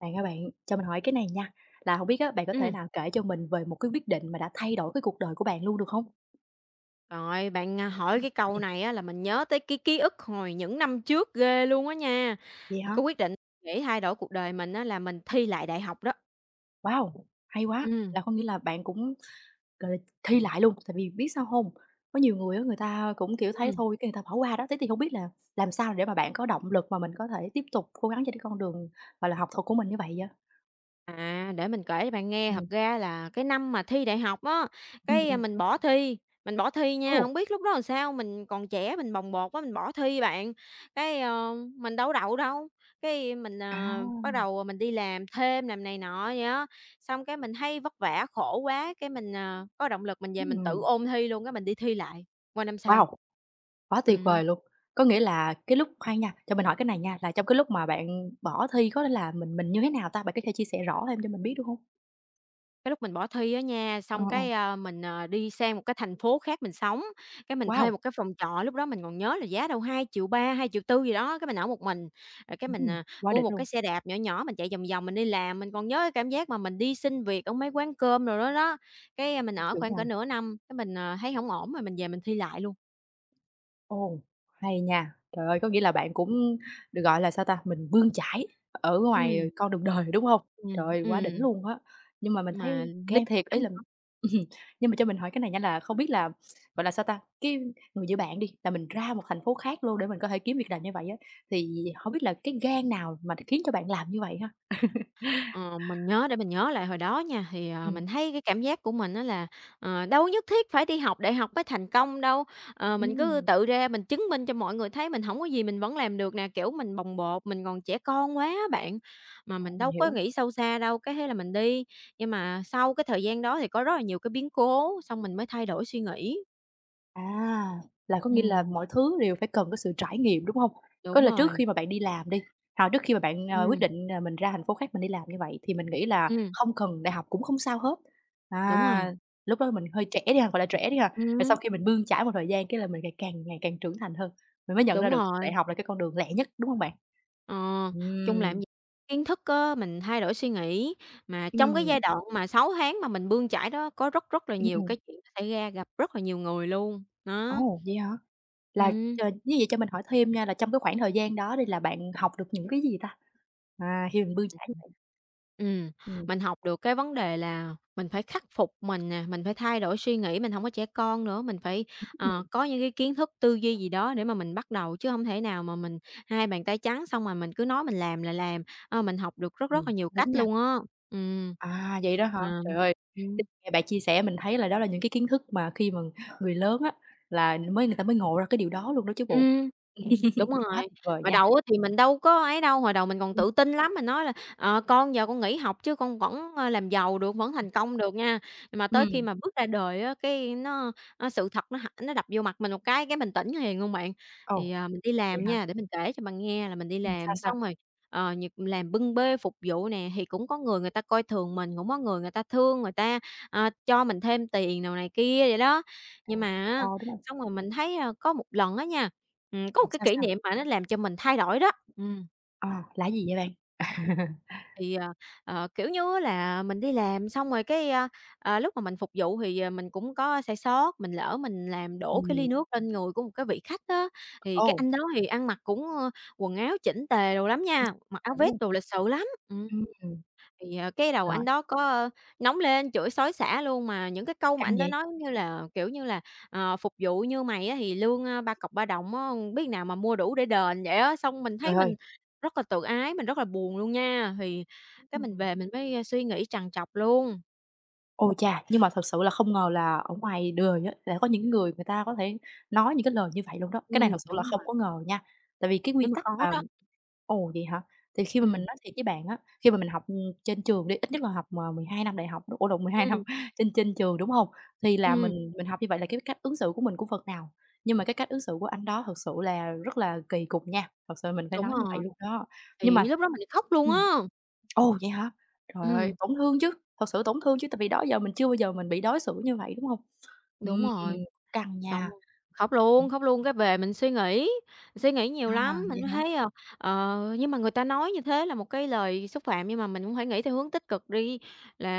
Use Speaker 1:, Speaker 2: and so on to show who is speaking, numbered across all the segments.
Speaker 1: Bạn ơi bạn, cho mình hỏi cái này nha, là không biết á, bạn có thể
Speaker 2: ừ
Speaker 1: nào kể cho mình về một cái quyết định mà đã thay đổi cái cuộc đời của bạn luôn được không?
Speaker 2: Rồi bạn, hỏi cái câu
Speaker 1: Ừm.
Speaker 2: này á là mình nhớ tới cái ký ức hồi những năm trước ghê luôn á nha.
Speaker 1: Vậy
Speaker 2: Một
Speaker 1: hả?
Speaker 2: cái quyết định để thay đổi cuộc đời mình á là mình thi lại đại học đó.
Speaker 1: Wow, hay quá!
Speaker 2: Ừ.
Speaker 1: Là có nghĩa là bạn cũng, gọi là, thi lại luôn, tại vì biết sao không? Có nhiều người á, người ta cũng, kiểu, thấy
Speaker 2: Ừm.
Speaker 1: thôi cái người ta bỏ qua đó, thế thì không biết là làm sao để mà bạn có động lực mà mình có thể tiếp tục cố gắng trên cái con đường, gọi là, học thuật của mình như vậy vậy?
Speaker 2: À, để mình kể cho bạn nghe, thật
Speaker 1: Ừm.
Speaker 2: ra là cái năm mà thi đại học á,
Speaker 1: Ừm,
Speaker 2: cái, a,
Speaker 1: ừm.
Speaker 2: mình bỏ thi, mình bỏ thi nha,
Speaker 1: Ồ!
Speaker 2: không biết lúc đó làm sao, mình còn trẻ, mình bồng bột quá, mình bỏ thi bạn. Mình đâu có đậu đâu, cái mình,
Speaker 1: À,
Speaker 2: ờ, bắt đầu mình đi làm thêm, làm này nọ vậy á, xong cái mình thấy vất vả, khổ quá, cái mình có động lực mình về mình
Speaker 1: ừm,
Speaker 2: tự ôn thi luôn, cái mình đi thi lại qua năm sau.
Speaker 1: wow! Quá tuyệt
Speaker 2: Ừm.
Speaker 1: vời luôn! Có nghĩa là cái lúc khoan nha, cho mình hỏi cái này nha, là trong cái lúc mà bạn bỏ thi có nghĩa là mình như thế nào ta? Bạn có thể chia sẻ rõ thêm cho mình biết được hông?
Speaker 2: Cái lúc mình bỏ thi á nha,
Speaker 1: Ờ,
Speaker 2: xong
Speaker 1: ờ.
Speaker 2: cái, a, mình, ờ, đi sang một cái thành phố khác mình sống, cái mình thuê
Speaker 1: Wow!
Speaker 2: một cái phòng trọ, lúc đó mình còn nhớ là giá đâu 2,3 triệu, 2,4 triệu gì đó, cái mình ở một mình. Rồi cái mình,
Speaker 1: Ừm,
Speaker 2: à,
Speaker 1: quá
Speaker 2: mua
Speaker 1: đỉnh
Speaker 2: một
Speaker 1: luôn!
Speaker 2: cái xe đạp nhỏ nhỏ, mình chạy vòng vòng mình đi làm, mình còn nhớ cái cảm giác mà mình đi xin việc ở mấy quán cơm rồi đó đó. Mình ở
Speaker 1: Trưởng
Speaker 2: khoảng cỡ
Speaker 1: thành.
Speaker 2: nửa năm, cái mình thấy không ổn mà mình về mình thi lại luôn.
Speaker 1: Ồ, hay nha. Trời ơi, có nghĩa là bạn cũng được, gọi là, sao ta, mình bươn chải ở ngoài
Speaker 2: Ừm,
Speaker 1: con đường đời, đúng không? Trời
Speaker 2: ừm,
Speaker 1: ơi, quá đỉnh
Speaker 2: ừm,
Speaker 1: luôn á. Nhưng mà mình
Speaker 2: mà
Speaker 1: thấy
Speaker 2: lý
Speaker 1: gan thiệt, ý
Speaker 2: lắm.
Speaker 1: là nhưng mà cho mình hỏi cái này nha là không biết là, gọi là, sao ta, cái người giữa bạn đi, là mình ra một thành phố khác luôn để mình có thể kiếm việc làm như vậy á, thì không biết là cái gan nào mà khiến cho bạn làm như vậy ha?
Speaker 2: Ờ, mình nhớ để mình nhớ lại hồi đó nha, thì
Speaker 1: Ừm,
Speaker 2: mình thấy cái cảm giác của mình đó là, ờ, đâu nhất thiết phải đi học đại học mới thành công đâu, mình cứ
Speaker 1: ừm,
Speaker 2: tự ra mình chứng minh cho mọi người thấy mình không có gì mình vẫn làm được nè, kiểu, mình bồng bột, mình còn trẻ con quá bạn, mà
Speaker 1: ờ,
Speaker 2: mình
Speaker 1: mình
Speaker 2: đâu có
Speaker 1: hiểu.
Speaker 2: nghĩ sâu xa đâu, cái thế là mình đi. Nhưng mà sau cái thời gian đó thì có rất là nhiều cái biến cố, xong mình mới thay đổi suy nghĩ.
Speaker 1: À, là có nghĩa là
Speaker 2: Ừm,
Speaker 1: mọi thứ đều phải cần có sự trải nghiệm, đúng không?
Speaker 2: đúng
Speaker 1: Có là trước
Speaker 2: rồi,
Speaker 1: khi mà bạn đi làm đi, hoặc trước khi mà bạn, ờ, quyết
Speaker 2: ừm,
Speaker 1: định, ờ, mình ra thành phố khác mình đi làm như vậy thì mình nghĩ là
Speaker 2: ừm,
Speaker 1: không cần đại học cũng không sao hết.
Speaker 2: đúng rồi,
Speaker 1: À, lúc đó mình hơi trẻ đi ha, gọi là trẻ đi ha, rồi sau
Speaker 2: ừm,
Speaker 1: khi mình bươn chải một thời gian cái là mình ngày càng trưởng thành hơn, mình mới nhận ra
Speaker 2: đúng
Speaker 1: được đại
Speaker 2: rồi.
Speaker 1: học là cái con đường lẹ nhất, đúng không bạn?
Speaker 2: Ờ, Chung làm
Speaker 1: Ừm,
Speaker 2: gì kiến thức á, mình thay đổi suy nghĩ, mà trong cái
Speaker 1: ừm,
Speaker 2: giai đoạn mà 6 tháng mà mình bươn chải đó có rất rất là
Speaker 1: ừm,
Speaker 2: nhiều
Speaker 1: ừm.
Speaker 2: cái chuyện nó xảy ra, gặp rất là nhiều người luôn, đó,
Speaker 1: Ồ, vậy hả? Là,
Speaker 2: ừm.
Speaker 1: ờ, như vậy cho mình hỏi thêm nha, là trong cái khoảng thời gian đó đi là bạn học được những cái gì ta? À, khi mình bươn chải như vậy.
Speaker 2: Ừm,
Speaker 1: Ừm,
Speaker 2: mình học được cái vấn đề là mình phải khắc phục mình nè, mình phải thay đổi suy nghĩ, mình hổng có trẻ con nữa, mình phải
Speaker 1: ừm,
Speaker 2: có những cái kiến thức, tư duy gì đó để mà mình bắt đầu, chứ hông thể nào mà mình hai bàn tay trắng xong rồi mình cứ nói mình làm là làm, mình học được rất rất là
Speaker 1: cũng
Speaker 2: nhiều cách
Speaker 1: đúng nha.
Speaker 2: luôn á. Ừm.
Speaker 1: À, vậy đó hả?
Speaker 2: Ờ,
Speaker 1: Trời ơi, thì
Speaker 2: ừm.
Speaker 1: nghe bạn chia sẻ mình thấy là đó là những cái kiến thức mà khi mà người lớn á, là mới người ta mới ngộ ra cái điều đó luôn đó chứ bộ.
Speaker 2: Ừm, đúng
Speaker 1: Quá
Speaker 2: rồi.
Speaker 1: tuyệt vời
Speaker 2: Hồi
Speaker 1: nha.
Speaker 2: đầu á thì mình đâu có ấy đâu, hồi đầu mình còn
Speaker 1: Ừm,
Speaker 2: tự tin lắm, mình nói là "Ờ, con giờ con nghỉ học chứ con vẫn làm giàu được, vẫn thành công được nha." Mà tới khi
Speaker 1: ừm,
Speaker 2: mà bước ra đời á, cái nó sự thật nó đập vô mặt mình một cái mình tỉnh liền luôn bạn. Thì,
Speaker 1: ồ,
Speaker 2: ờ, mình đi
Speaker 1: vậy
Speaker 2: làm
Speaker 1: hả?
Speaker 2: nha, để mình kể cho bạn nghe là mình đi
Speaker 1: Sao,
Speaker 2: làm
Speaker 1: sao?
Speaker 2: xong rồi, việc làm bưng bê phục vụ nè, thì cũng có người người ta coi thường mình, cũng có người người ta thương, người ta cho mình thêm tiền đồ này kia vậy đó.
Speaker 1: À,
Speaker 2: Nhưng mà
Speaker 1: ờ,
Speaker 2: á,
Speaker 1: đúng rồi,
Speaker 2: xong rồi mình thấy, ơ, có một lần á nha. Có một cái
Speaker 1: sao,
Speaker 2: kỷ
Speaker 1: sao?
Speaker 2: niệm mà nó làm cho mình thay đổi đó. Ừm,
Speaker 1: Ờ, là gì vậy bạn?
Speaker 2: thì, ờ, Kiểu như á là, mình đi làm xong rồi cái lúc mà mình phục vụ thì mình cũng có sai sót, mình lỡ mình làm đổ cái
Speaker 1: Ừm,
Speaker 2: ly nước lên người của một cái vị khách á, thì
Speaker 1: ồ,
Speaker 2: cái anh đó thì ăn mặc cũng, ơ, quần áo chỉnh tề đồ lắm
Speaker 1: cũng
Speaker 2: nha, mặc
Speaker 1: ờ,
Speaker 2: áo
Speaker 1: đúng
Speaker 2: vest
Speaker 1: rồi,
Speaker 2: đồ lịch sự lắm. Ừm.
Speaker 1: ừm,
Speaker 2: Thì cái đầu
Speaker 1: rồi,
Speaker 2: anh đó có, ơ, nóng lên, chửi xối xả luôn, mà những cái câu mà
Speaker 1: căng
Speaker 2: anh đó
Speaker 1: vậy.
Speaker 2: nói như là, kiểu như là, ờ, "Phục vụ như mày á thì lương, a, 3 cọc 3 đồng á, biết nào mà mua đủ để đền" vậy á. Xong mình thấy
Speaker 1: Trời ơi!
Speaker 2: mình rất là tự ái, mình rất là buồn luôn nha, thì cái mình
Speaker 1: Ừm.
Speaker 2: về mình mới suy nghĩ trằn trọc luôn.
Speaker 1: Ôi cha! Nhưng mà thật sự là không ngờ là ở ngoài đời á, lại có những người người ta có thể nói những cái lời như vậy luôn đó. Cái này thật sự là
Speaker 2: Đúng
Speaker 1: không
Speaker 2: rồi,
Speaker 1: có ngờ nha. Tại vì cái quy
Speaker 2: nhưng mà
Speaker 1: tắc
Speaker 2: có
Speaker 1: mà
Speaker 2: đó.
Speaker 1: ồ, vậy hả? Thì khi mà mình
Speaker 2: Ừm,
Speaker 1: nói thiệt với bạn á, khi mà mình học, trên trường đi, ít nhất là học mà 12 năm đại học ủa lộn, mười hai
Speaker 2: ừm,
Speaker 1: năm trên trên trường, đúng không? Thì là
Speaker 2: ừm,
Speaker 1: mình học như vậy là cái cách ứng xử của mình cũng phần nào, nhưng mà cái cách ứng xử của anh đó thật sự là rất là kỳ cục nha, thật sự mình phải
Speaker 2: đúng
Speaker 1: nói như vậy
Speaker 2: rồi,
Speaker 1: luôn đó. Nhưng
Speaker 2: thì
Speaker 1: mà
Speaker 2: lúc đó mình khóc luôn
Speaker 1: ừm.
Speaker 2: á.
Speaker 1: Ồ, vậy hả? Trời ơi,
Speaker 2: Ừm,
Speaker 1: tổn thương chứ, thật sự tổn thương chứ, tại vì đó giờ mình chưa bao giờ mình bị đối xử như vậy, đúng hông?
Speaker 2: đúng
Speaker 1: Ừm,
Speaker 2: rồi.
Speaker 1: căng
Speaker 2: Xong
Speaker 1: nha. Ừm,
Speaker 2: khóc luôn cái về mình suy nghĩ nhiều
Speaker 1: à,
Speaker 2: lắm, mình
Speaker 1: vậy hả?
Speaker 2: thấy, ờ, ờ, nhưng mà người ta nói như thế là một cái lời xúc phạm, nhưng mà mình cũng phải nghĩ theo hướng tích cực đi,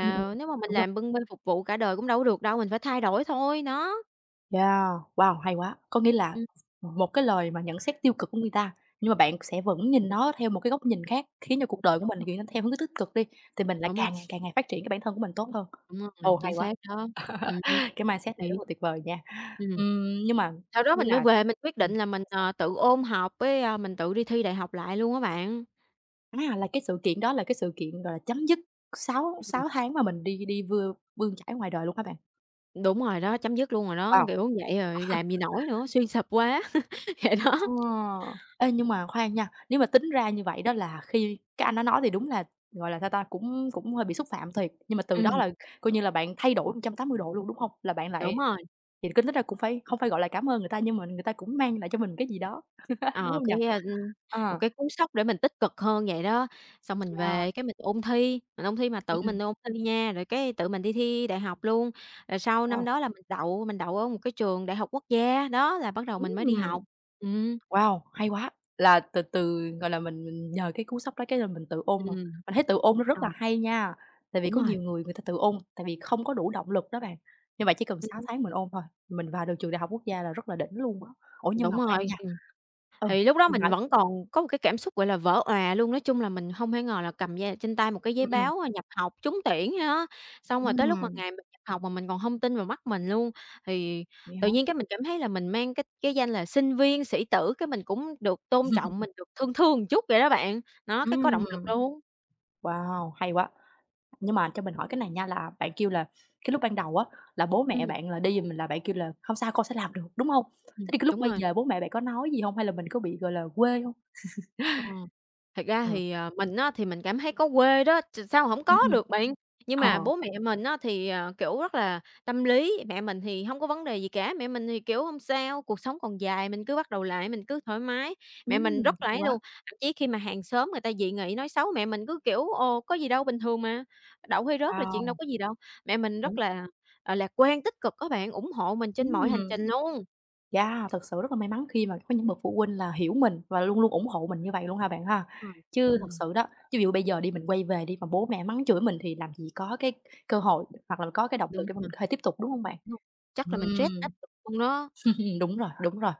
Speaker 1: Ừm, ừm,
Speaker 2: nếu mà mình
Speaker 1: đúng rồi.
Speaker 2: làm bưng bê phục vụ cả đời cũng đâu có được đâu, mình phải thay đổi thôi, nó.
Speaker 1: Yeah, wow, hay quá! Có nghĩa là
Speaker 2: Ừm,
Speaker 1: một cái lời mà nhận xét tiêu cực của người ta, nhưng mà bạn sẽ vẫn nhìn nó theo một cái góc nhìn khác, khiến cho cuộc đời của mình thì chuyển theo hướng tích cực đi, thì mình lại
Speaker 2: đúng rồi,
Speaker 1: càng ngày phát triển cái bản thân của mình tốt hơn.
Speaker 2: đúng
Speaker 1: Ồ,
Speaker 2: rồi,
Speaker 1: hay
Speaker 2: chính
Speaker 1: quá!
Speaker 2: xác đó. Hứm.
Speaker 1: Cái mindset này rất
Speaker 2: Thì
Speaker 1: là tuyệt vời nha.
Speaker 2: ừm,
Speaker 1: Nhưng mà
Speaker 2: Sau
Speaker 1: có
Speaker 2: đó
Speaker 1: nghĩa
Speaker 2: mình mới
Speaker 1: là
Speaker 2: về mình quyết
Speaker 1: ừm,
Speaker 2: định là mình,
Speaker 1: sao, sao?
Speaker 2: ờ, tự ôn học với, mình tự đi thi đại học lại luôn á bạn.
Speaker 1: À, là cái sự kiện đó là cái sự kiện, gọi là, chấm dứt sáu sáu tháng mà mình đi đi bươn chải ngoài đời luôn hả bạn?
Speaker 2: Đúng rồi đó, chấm dứt luôn rồi đó,
Speaker 1: Wow!
Speaker 2: kiểu vậy rồi làm gì nổi nữa, suy sụp quá, vậy đó.
Speaker 1: Ờ, ê, nhưng mà khoan nha, nếu mà tính ra như vậy đó là khi cái anh đó nói thì đúng là, gọi là, sao ta, cũng cũng hơi bị xúc phạm thiệt, nhưng mà từ đó
Speaker 2: Ừm.
Speaker 1: là coi như là bạn thay đổi 180 độ luôn, đúng không? Là bạn lại
Speaker 2: Đúng rồi,
Speaker 1: vậy tính ra cũng phải không phải gọi là cảm ơn người ta nhưng mà người ta cũng mang lại cho mình cái gì đó, đúng
Speaker 2: ờ,
Speaker 1: không nhỉ?
Speaker 2: cái, a, ưm, một
Speaker 1: Ờ,
Speaker 2: cái cú sốc để mình tích cực hơn vậy đó. Xong mình
Speaker 1: là
Speaker 2: về cái mình ôn thi mà
Speaker 1: ừm,
Speaker 2: tự
Speaker 1: ừm,
Speaker 2: mình ôn thi nha, rồi cái tự mình đi thi đại học luôn. Rồi sau năm
Speaker 1: wow,
Speaker 2: đó là mình đậu ở một cái trường đại học quốc gia, đó là bắt đầu mình mới đi
Speaker 1: ừm.
Speaker 2: học. Ừm,
Speaker 1: Wow, hay quá! Là từ từ, gọi là, mình nhờ cái cú sách đó cái là mình tự ôn mà.
Speaker 2: ừm.
Speaker 1: Mình thấy tự ôn nó rất
Speaker 2: Ờ,
Speaker 1: là hay nha, tại vì
Speaker 2: đúng
Speaker 1: có
Speaker 2: rồi,
Speaker 1: nhiều người người ta tự ôn, tại vì không có đủ động lực đó bạn, nhưng mà chỉ cần 6
Speaker 2: ừm,
Speaker 1: tháng mình ôn thôi, mình vào được trường đại học quốc gia là rất là đỉnh luôn á. Ủa, nhưng mà
Speaker 2: đúng rồi,
Speaker 1: khoan nha
Speaker 2: ừm.
Speaker 1: ừ,
Speaker 2: Thì lúc đó
Speaker 1: mình
Speaker 2: mình
Speaker 1: hỏi
Speaker 2: vẫn còn có một cái cảm xúc, gọi là, vỡ òa luôn. Nói chung là mình không thể ngờ là cầm da trên tay một cái giấy
Speaker 1: ừ,
Speaker 2: báo, nhập học trúng tuyển á, xong rồi tới lúc mà
Speaker 1: ừm,
Speaker 2: ngày mình nhập học mà mình còn không tin vào mắt mình luôn. Thì
Speaker 1: vậy
Speaker 2: tự
Speaker 1: hả?
Speaker 2: nhiên cái mình cảm thấy là mình mang cái danh là sinh viên, sĩ tử, cái mình cũng được tôn trọng, mình được thương thương một chút vậy đó bạn. Nó, cái có động lực
Speaker 1: Ừm,
Speaker 2: luôn.
Speaker 1: wow, hay quá! Nhưng mà cho mình hỏi cái này nha, là bạn kêu là cái lúc ban đầu á, là bố mẹ
Speaker 2: Ừm,
Speaker 1: bạn là đi mình là bạn kêu là không sao, con sẽ làm được", đúng không? Thế thì cái lúc
Speaker 2: đúng
Speaker 1: quay
Speaker 2: rồi.
Speaker 1: về bố mẹ bạn có nói gì không? Hay là mình có bị, gọi là, quê không?
Speaker 2: Ờ, thật ra
Speaker 1: Ờ.
Speaker 2: thì, ờ, mình á, thì mình cảm thấy có quê đó, ch sao không có
Speaker 1: Ừm.
Speaker 2: được bạn. Nhưng
Speaker 1: Ờ.
Speaker 2: mà bố mẹ mình á, thì, ờ, kiểu, rất là tâm lý, mẹ mình thì không có vấn đề gì cả, mẹ mình thì, kiểu, không sao, cuộc sống còn dài, mình cứ bắt đầu lại, mình cứ thoải mái." Mẹ mình rất là
Speaker 1: Hay
Speaker 2: ấy
Speaker 1: quá.
Speaker 2: luôn, thậm chí khi mà hàng xóm người ta dị nghị nói xấu mẹ mình cứ kiểu: "Ồ, có gì đâu, bình thường mà, đậu hay rớt là chuyện đâu
Speaker 1: Wow,
Speaker 2: có gì đâu." Mẹ mình
Speaker 1: đúng.
Speaker 2: rất là, ờ, lạc quan, tích cực các bạn, ủng hộ mình trên mọi hành
Speaker 1: Ừm.
Speaker 2: trình luôn.
Speaker 1: Yeah, thực sự rất là may mắn khi mà có những bậc phụ huynh là hiểu mình và luôn luôn ủng hộ mình như vậy luôn ha bạn ha.
Speaker 2: Ờ,
Speaker 1: Chứ thật
Speaker 2: ừm,
Speaker 1: sự đó, chứ ví dụ bây giờ đi mình quay về đi mà bố mẹ mắng chửi mình thì làm gì có cái cơ hội hoặc là có cái động lực
Speaker 2: đúng
Speaker 1: để mà mình
Speaker 2: rồi,
Speaker 1: có thể tiếp tục, đúng không bạn?
Speaker 2: đúng rồi. Chắc là mình stress
Speaker 1: Ừm.
Speaker 2: áp lực luôn đó.
Speaker 1: Đúng rồi, đúng rồi.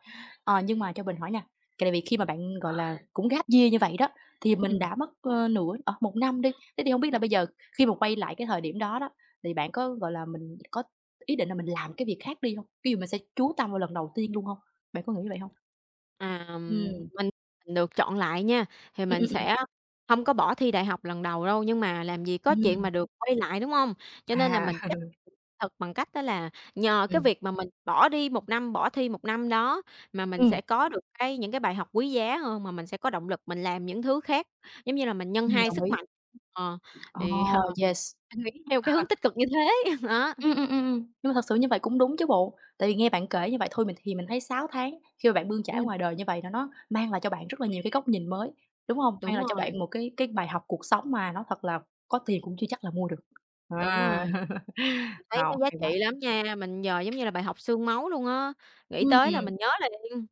Speaker 1: Ờ, nhưng mà cho mình hỏi nè, tại vì khi mà bạn, gọi là, cũng gap year như vậy đó, thì mình
Speaker 2: Ừm.
Speaker 1: đã mất, ơ, nửa ờ, 1 năm đi, thế thì không biết là bây giờ khi mà quay lại cái thời điểm đó đó, thì bạn có, gọi là, mình có ý định là mình làm cái việc khác đi không? Ví dụ mình sẽ chú tâm vào lần đầu tiên luôn không? Bạn có nghĩ vậy không?
Speaker 2: À, mình
Speaker 1: Ừm,
Speaker 2: mình được chọn lại nha, thì
Speaker 1: ừm, ừm,
Speaker 2: mình
Speaker 1: ừm,
Speaker 2: sẽ không có bỏ thi đại học lần đầu đâu, nhưng mà làm gì có chuyện
Speaker 1: ừm,
Speaker 2: mà được quay lại, đúng không? Cho nên là
Speaker 1: à,
Speaker 2: mình chấp nhận thật bằng cách đó là nhờ cái
Speaker 1: ừm,
Speaker 2: việc mà mình bỏ đi một năm, bỏ thi một năm đó mà mình
Speaker 1: ừm,
Speaker 2: sẽ có được cái những cái bài học quý giá hơn, mà mình sẽ có động lực mình làm những thứ khác, giống như là mình nhân hai
Speaker 1: đồng
Speaker 2: sức
Speaker 1: ý.
Speaker 2: mạnh. Ờ, thì, ờ,
Speaker 1: Oh yes.
Speaker 2: mình nghĩ theo cái hướng tích cực như thế, đó,
Speaker 1: Ừm, ừm, ừm, ừm, nhưng mà thật sự như vậy cũng đúng chứ bộ. Tại vì nghe bạn kể như vậy thôi mình thì mình thấy 6 tháng khi mà bạn bươn chải
Speaker 2: ừm,
Speaker 1: ngoài đời như vậy là nó mang lại cho bạn rất là nhiều cái góc nhìn mới, đúng hông? Mang
Speaker 2: đúng
Speaker 1: lại cho
Speaker 2: rồi,
Speaker 1: bạn một cái bài học cuộc sống mà nói thật là có tiền cũng chưa chắc là mua được.
Speaker 2: đúng
Speaker 1: À,
Speaker 2: rồi. Mình thấy
Speaker 1: wow,
Speaker 2: nó giá
Speaker 1: hay quá!
Speaker 2: trị lắm nha, mình giờ giống như là bài học xương máu luôn á, nghĩ tới là
Speaker 1: Ừm,
Speaker 2: mình nhớ liền.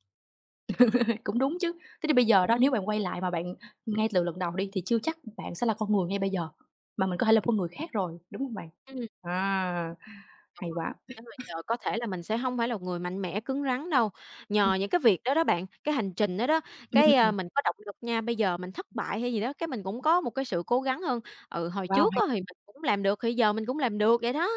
Speaker 1: cũng đúng chứ. Thế thì bây giờ đó,
Speaker 2: Ừm,
Speaker 1: nếu bạn quay lại mà bạn ngay từ lần đầu đi thì chưa chắc bạn sẽ là con người ngay bây giờ, mà mình có thể là con người khác rồi, đúng hông bạn?
Speaker 2: ừm,
Speaker 1: À,
Speaker 2: đúng
Speaker 1: hay
Speaker 2: rồi,
Speaker 1: quá!
Speaker 2: nếu mà giờ có thể là mình sẽ hông phải là người mạnh mẽ, cứng rắn đâu,
Speaker 1: Ừm,
Speaker 2: nhờ những cái việc đó đó bạn, cái hành trình đó đó,
Speaker 1: ừm, ừm, ừm,
Speaker 2: mình có động lực nha, bây giờ mình thất bại hay gì đó, cái mình cũng có một cái sự cố gắng hơn. Ừ, hồi
Speaker 1: wow,
Speaker 2: trước
Speaker 1: hay
Speaker 2: á thì mình cũng làm được thì giờ mình cũng làm được vậy đó.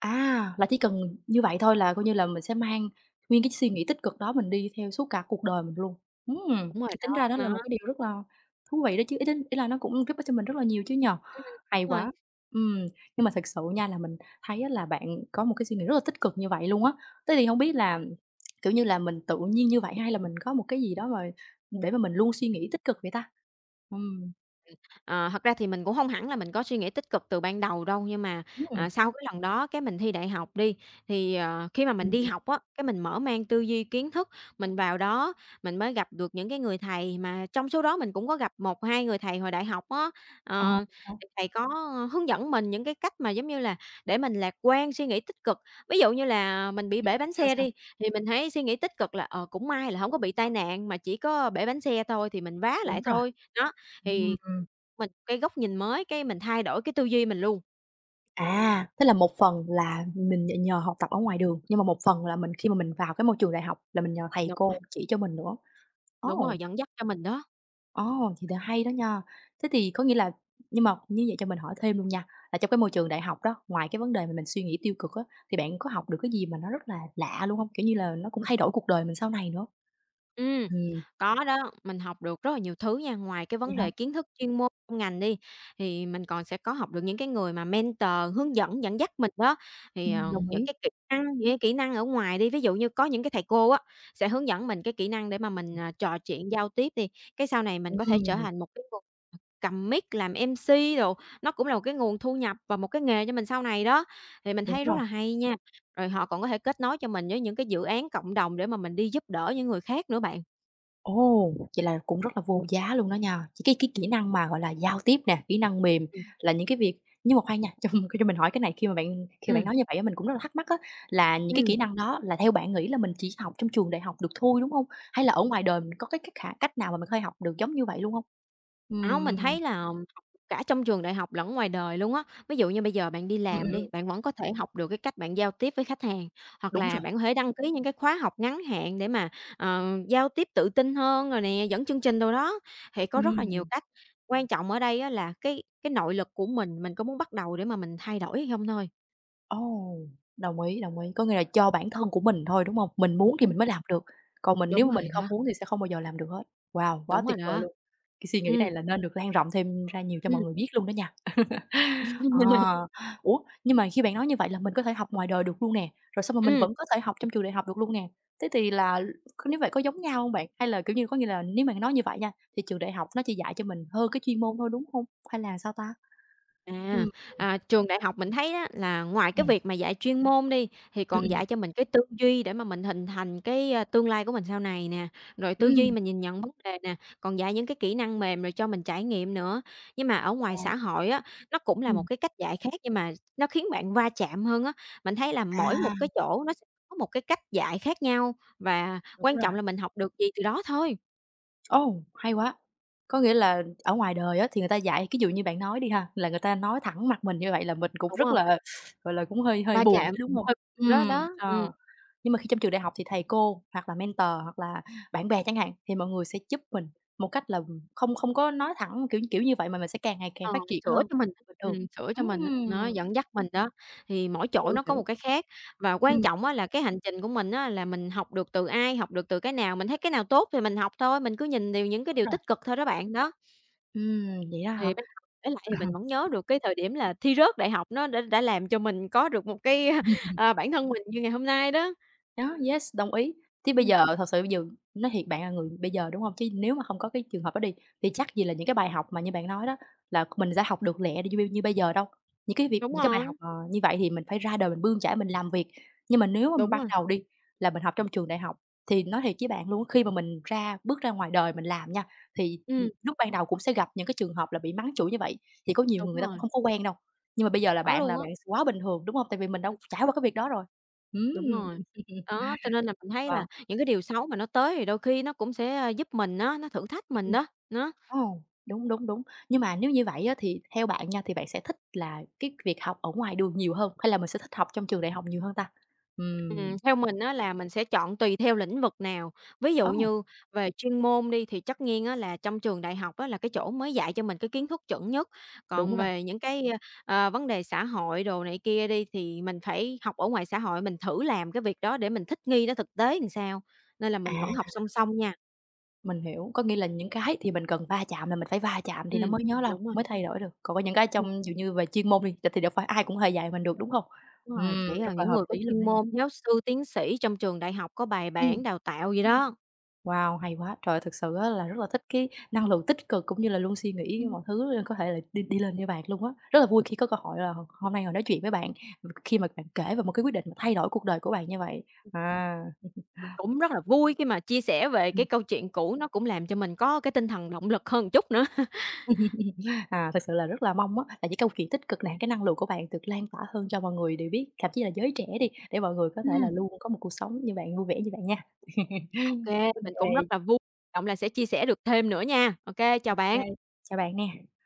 Speaker 1: À, là chỉ cần như vậy thôi là coi như là mình sẽ mang nguyên cái suy nghĩ tích cực đó mình đi theo suốt cả cuộc đời mình luôn.
Speaker 2: Đúng rồi
Speaker 1: Thì
Speaker 2: đó,
Speaker 1: tính ra đó là
Speaker 2: đó,
Speaker 1: một cái điều rất là thú vị đó chứ, ý đến ý là nó cũng giúp ích cho mình rất là nhiều chứ nhờ hay
Speaker 2: đúng rồi.
Speaker 1: quá! Ừm, nhưng mà thật sự nha là mình thấy á là bạn có một cái suy nghĩ rất là tích cực như vậy luôn á. Thế thì không biết là, kiểu như là, mình tự nhiên như vậy hay là mình có một cái gì đó mà để mà mình luôn suy nghĩ tích cực vậy ta? Ừm,
Speaker 2: Ờ, Thật ra thì mình cũng không hẳn là mình có suy nghĩ tích cực từ ban đầu đâu, nhưng mà,
Speaker 1: ừm, ừm,
Speaker 2: sau cái lần đó cái mình thi đại học đi, thì, khi mà mình
Speaker 1: ừm.
Speaker 2: đi học á, cái mình mở mang tư duy kiến thức, mình vào đó mình mới gặp được những cái người thầy mà trong số đó mình cũng có gặp một hai người thầy hồi đại học á.
Speaker 1: Ờ,
Speaker 2: Ờ,
Speaker 1: vậy hả?
Speaker 2: thì thầy có hướng dẫn mình những cái cách mà, giống như là, để mình lạc quan, suy nghĩ tích cực. Ví dụ như là mình bị bể bánh
Speaker 1: Sao,
Speaker 2: xe
Speaker 1: sao?
Speaker 2: đi, thì mình hãy suy nghĩ tích cực là, cũng may là không có bị tai nạn mà chỉ có bể bánh xe thôi thì mình vá
Speaker 1: Đúng
Speaker 2: lại
Speaker 1: rồi.
Speaker 2: thôi, đó. Thì
Speaker 1: Ừm.
Speaker 2: mình cái góc nhìn mới, cái mình thay đổi cái tư duy mình luôn.
Speaker 1: À, thế là một phần là mình nhờ học tập ở ngoài đường, nhưng mà một phần là mình khi mà mình vào cái môi trường đại học là mình nhờ thầy
Speaker 2: Đúng rồi.
Speaker 1: cô chỉ cho mình nữa.
Speaker 2: Đúng
Speaker 1: Ồ,
Speaker 2: rồi, dẫn dắt cho mình đó.
Speaker 1: ồ, thì là hay đó nha. Thế thì có nghĩa là Nhưng mà như vậy cho mình hỏi thêm luôn nha, là trong cái môi trường đại học đó, ngoài cái vấn đề mà mình suy nghĩ tiêu cực á, thì bạn có học được cái gì mà nó rất là lạ luôn không? Kiểu như là, nó cũng thay đổi cuộc đời mình sau này nữa.
Speaker 2: Ừm,
Speaker 1: Ừm,
Speaker 2: có đó, mình học được rất là nhiều thứ nha, ngoài cái
Speaker 1: vậy
Speaker 2: vấn
Speaker 1: hả?
Speaker 2: đề kiến thức chuyên môn trong ngành đi, thì mình còn sẽ có học được những cái người mà mentor hướng dẫn, dẫn dắt mình đó. Thì,
Speaker 1: Đồng
Speaker 2: những
Speaker 1: ý.
Speaker 2: cái kỹ năng những cái kỹ năng ở ngoài đi, ví dụ như có những cái thầy cô á, sẽ hướng dẫn mình cái kỹ năng để mà mình, trò chuyện, giao tiếp đi, cái sau này mình có thể trở
Speaker 1: Ừm,
Speaker 2: thành một cái cầm mic làm MC đồ, nó cũng là một cái nguồn thu nhập và một cái nghề cho mình sau này đó, thì mình
Speaker 1: đúng
Speaker 2: thấy rất
Speaker 1: rồi.
Speaker 2: là hay nha. Rồi họ còn có thể kết nối cho mình với những cái dự án cộng đồng để mà mình đi giúp đỡ những người khác nữa bạn.
Speaker 1: Ồ! Vậy là cũng rất là vô giá luôn đó nha. Chỉ cái kỹ năng mà, gọi là, giao tiếp nè, kỹ năng mềm là những cái việc nhưng mà khoan nha, cho cho mình hỏi cái này khi bạn
Speaker 2: Ừm,
Speaker 1: nói như vậy á, mình cũng rất là thắc mắc á, là những cái
Speaker 2: ừm,
Speaker 1: kỹ năng đó là theo bạn nghĩ là mình chỉ học trong trường đại học được thôi, đúng hông? Hay là ở ngoài đời mình có cái cách nào mà mình có thể học được giống như vậy luôn hông?
Speaker 2: đó,
Speaker 1: Ừm,
Speaker 2: mình thấy là cả trong trường đại học lẫn ngoài đời luôn á. Ví dụ như bây giờ bạn đi
Speaker 1: ừm, ừm,
Speaker 2: làm
Speaker 1: ừm,
Speaker 2: đi, bạn vẫn có thể học được cái cách bạn giao tiếp với khách hàng, hoặc
Speaker 1: đúng
Speaker 2: là
Speaker 1: rồi.
Speaker 2: bạn có thể đăng ký những cái khóa học ngắn hạn để mà, giao tiếp tự tin hơn rồi nè, dẫn chương trình đâu đó, thì có rất là nhiều
Speaker 1: Ừm.
Speaker 2: cách. Quan trọng ở đây á là cái nội lực của mình có muốn bắt đầu để mà mình thay đổi hay không thôi.
Speaker 1: Ồ, đồng ý, đồng ý. Có nghĩa là cho bản thân của mình thôi, đúng hông? Mình muốn thì
Speaker 2: Ừm.
Speaker 1: mình mới làm được, còn mình
Speaker 2: Đúng
Speaker 1: nếu mà
Speaker 2: rồi
Speaker 1: mình không
Speaker 2: đó,
Speaker 1: muốn thì sẽ không bao giờ làm được hết. Wow, quá
Speaker 2: đúng rồi
Speaker 1: tuyệt vời
Speaker 2: đó.
Speaker 1: luôn! Cái suy nghĩ
Speaker 2: Ừ.
Speaker 1: này là nên được lan rộng thêm ra nhiều cho mọi
Speaker 2: Ừm.
Speaker 1: người biết luôn đó nha. Ờ, ủa, nhưng mà khi bạn nói như vậy là mình có thể học ngoài đời được luôn nè, rồi xong rồi mình
Speaker 2: Ừm.
Speaker 1: vẫn có thể học trong trường đại học được luôn nè. Thế thì là Nếu vậy có giống nhau hông bạn? Hay là, kiểu như, có nghĩa là nếu mà nói như vậy nha, thì trường đại học nó chỉ dạy cho mình hơn cái chuyên môn thôi, đúng hông? Hay là sao ta?
Speaker 2: À,
Speaker 1: Ừm,
Speaker 2: Trường đại học mình thấy á là ngoài cái
Speaker 1: ừm,
Speaker 2: việc mà dạy chuyên môn đi, thì
Speaker 1: ừm,
Speaker 2: còn
Speaker 1: ừm,
Speaker 2: dạy cho mình cái tư duy để mà mình hình thành cái, tương lai của mình sau này nè, rồi tư duy
Speaker 1: ừm,
Speaker 2: mình nhìn nhận vấn đề nè, còn dạy những cái kỹ năng mềm rồi cho mình trải nghiệm nữa. Nhưng mà ở ngoài xã hội á, nó cũng là một
Speaker 1: ừm.
Speaker 2: cái cách dạy khác nhưng mà nó khiến bạn va chạm hơn á. Mình thấy là mỗi
Speaker 1: À,
Speaker 2: một cái chỗ nó sẽ có một cái cách dạy khác nhau và
Speaker 1: đúng
Speaker 2: quan
Speaker 1: rồi.
Speaker 2: trọng là mình học được gì từ đó thôi.
Speaker 1: Ồ, hay quá! Có nghĩa là ở ngoài đời á thì người ta dạy, cái dụ như bạn nói đi ha, là người ta nói thẳng mặt mình như vậy là mình cũng
Speaker 2: Đúng
Speaker 1: rất
Speaker 2: không
Speaker 1: là, gọi là, cũng hơi hơi
Speaker 2: va
Speaker 1: buồn
Speaker 2: chạm
Speaker 1: chứ, đúng không?
Speaker 2: hơi đó, đó. Ừ.
Speaker 1: Ờ, nhưng mà khi trong trường đại học thì thầy cô hoặc là mentor hoặc là bạn bè chẳng hạn, thì mọi người sẽ giúp mình một cách là không không có nói thẳng, kiểu kiểu như vậy, mà mình sẽ càng ngày càng
Speaker 2: Ờ,
Speaker 1: phát triển
Speaker 2: sửa
Speaker 1: hơn
Speaker 2: cho mình á,
Speaker 1: bình thường.
Speaker 2: sửa cho mình á, nó
Speaker 1: Ừm,
Speaker 2: dẫn dắt mình đó, thì mỗi chỗ
Speaker 1: hiểu,
Speaker 2: nó có
Speaker 1: hiểu,
Speaker 2: một cái khác. Và quan
Speaker 1: ừm,
Speaker 2: trọng á là cái hành trình của mình á là mình học được từ ai, học được từ cái nào, mình thấy cái nào tốt thì mình học thôi, mình cứ nhìn đều những cái
Speaker 1: đúng
Speaker 2: điều
Speaker 1: rồi,
Speaker 2: tích cực thôi đó bạn, đó.
Speaker 1: vậy đó hả?
Speaker 2: Thì bây giờ kể lại thì mình vẫn nhớ được cái thời điểm là thi rớt đại học nó đã làm cho mình có được một cái, bản thân mình như ngày hôm nay đó.
Speaker 1: Đó, yes, đồng ý. Chứ bây
Speaker 2: Ừm,
Speaker 1: giờ thật sự bây giờ Nói thiệt bạn là người bây giờ, đúng hông? Chứ nếu mà không có cái trường hợp đó đi, thì chắc gì là những cái bài học mà như bạn nói đó là mình sẽ học được lẹ như bây giờ đâu.
Speaker 2: đúng
Speaker 1: Những cái bài
Speaker 2: rồi,
Speaker 1: học, như vậy thì mình phải ra đời mình bươn chải, mình làm việc. Nhưng mà nếu mà
Speaker 2: đúng
Speaker 1: ban
Speaker 2: rồi,
Speaker 1: đầu đi, là mình học trong trường đại học, thì nói thiệt với bạn luôn á, khi mà mình bước ra ngoài đời mình làm nha, thì,
Speaker 2: ừm,
Speaker 1: lúc ban đầu cũng sẽ gặp những cái trường hợp là bị mắng chửi như vậy, thì có nhiều
Speaker 2: đúng
Speaker 1: người người ta cũng
Speaker 2: rồi,
Speaker 1: không có quen đâu. Nhưng mà bây giờ
Speaker 2: có luôn
Speaker 1: là
Speaker 2: á.
Speaker 1: bạn s quá bình thường, đúng hông? Tại vì mình đã trải qua cái việc đó rồi. Ừm.
Speaker 2: Đúng rồi. Đó, cho nên là mình thấy là
Speaker 1: Wow.
Speaker 2: những cái điều xấu mà nó tới thì đôi khi nó cũng sẽ, giúp mình á, nó thử thách
Speaker 1: Ừm,
Speaker 2: mình
Speaker 1: ừm.
Speaker 2: đó, nó.
Speaker 1: Ồ, đúng, đúng, đúng. Nhưng mà nếu như vậy á thì theo bạn nha, thì bạn sẽ thích là cái việc học ở ngoài đường nhiều hơn, hay là mình sẽ thích học trong trường đại học nhiều hơn ta? Ừm,
Speaker 2: Theo mình á là mình sẽ chọn tùy theo lĩnh vực nào. Ví dụ
Speaker 1: Ồ.
Speaker 2: như về chuyên môn đi thì chắc nhiên á là trong trường đại học á là cái chỗ mới dạy cho mình cái kiến thức chuẩn nhất,
Speaker 1: đúng
Speaker 2: còn
Speaker 1: rồi.
Speaker 2: về những cái, vấn đề xã hội đồ này kia đi thì mình phải học ở ngoài xã hội, mình thử làm cái việc đó để mình thích nghi nó thực tế làm sao, nên là
Speaker 1: À,
Speaker 2: mình vẫn học song song nha.
Speaker 1: mình hiểu, có nghĩa là những cái thì mình cần va chạm là mình phải va chạm thì nó
Speaker 2: Ừm,
Speaker 1: mới nhớ lâu,
Speaker 2: đúng rồi.
Speaker 1: mới thay đổi được, còn có những cái trong ví dụ như về chuyên môn đi, thì đâu phải ai cũng có thể dạy mình được, đúng không?
Speaker 2: Đúng rồi, phải
Speaker 1: Rất
Speaker 2: là
Speaker 1: là
Speaker 2: những
Speaker 1: hợp
Speaker 2: người có
Speaker 1: lý luôn
Speaker 2: chuyên
Speaker 1: đó nha.
Speaker 2: môn, giáo sư, tiến sĩ trong trường đại học có bài
Speaker 1: Ừm.
Speaker 2: bản đào tạo gì. Đó.
Speaker 1: Wow, hay quá! Trời ơi, thực sự á là rất là thích cái năng lượng tích cực cũng như là luôn suy nghĩ
Speaker 2: Ừm.
Speaker 1: mọi thứ có thể là đi đi lên như bạn luôn á. Rất là vui khi có cơ hội là hôm nay ngồi nói chuyện với bạn, khi mà bạn kể về một cái quyết định mà thay đổi cuộc đời của bạn như vậy. À,
Speaker 2: Mình cũng rất là vui khi mà chia sẻ về
Speaker 1: ừm,
Speaker 2: cái câu chuyện cũ, nó cũng làm cho mình có cái tinh thần động lực hơn chút nữa.
Speaker 1: à, thực sự là rất là mong á là những câu chuyện tích cực này cái năng lượng của bạn được lan tỏa hơn cho mọi người đều biết, thậm chí là giới trẻ đi, để mọi người có thể là
Speaker 2: Ừm.
Speaker 1: luôn có một cuộc sống như bạn, vui vẻ như bạn nha.
Speaker 2: Ô kê, mình
Speaker 1: Ô
Speaker 2: cũng
Speaker 1: kê,
Speaker 2: rất là vui, hy vọng là sẽ chia sẻ được thêm nữa nha. Ô kê, chào bạn.
Speaker 1: chào bạn nè.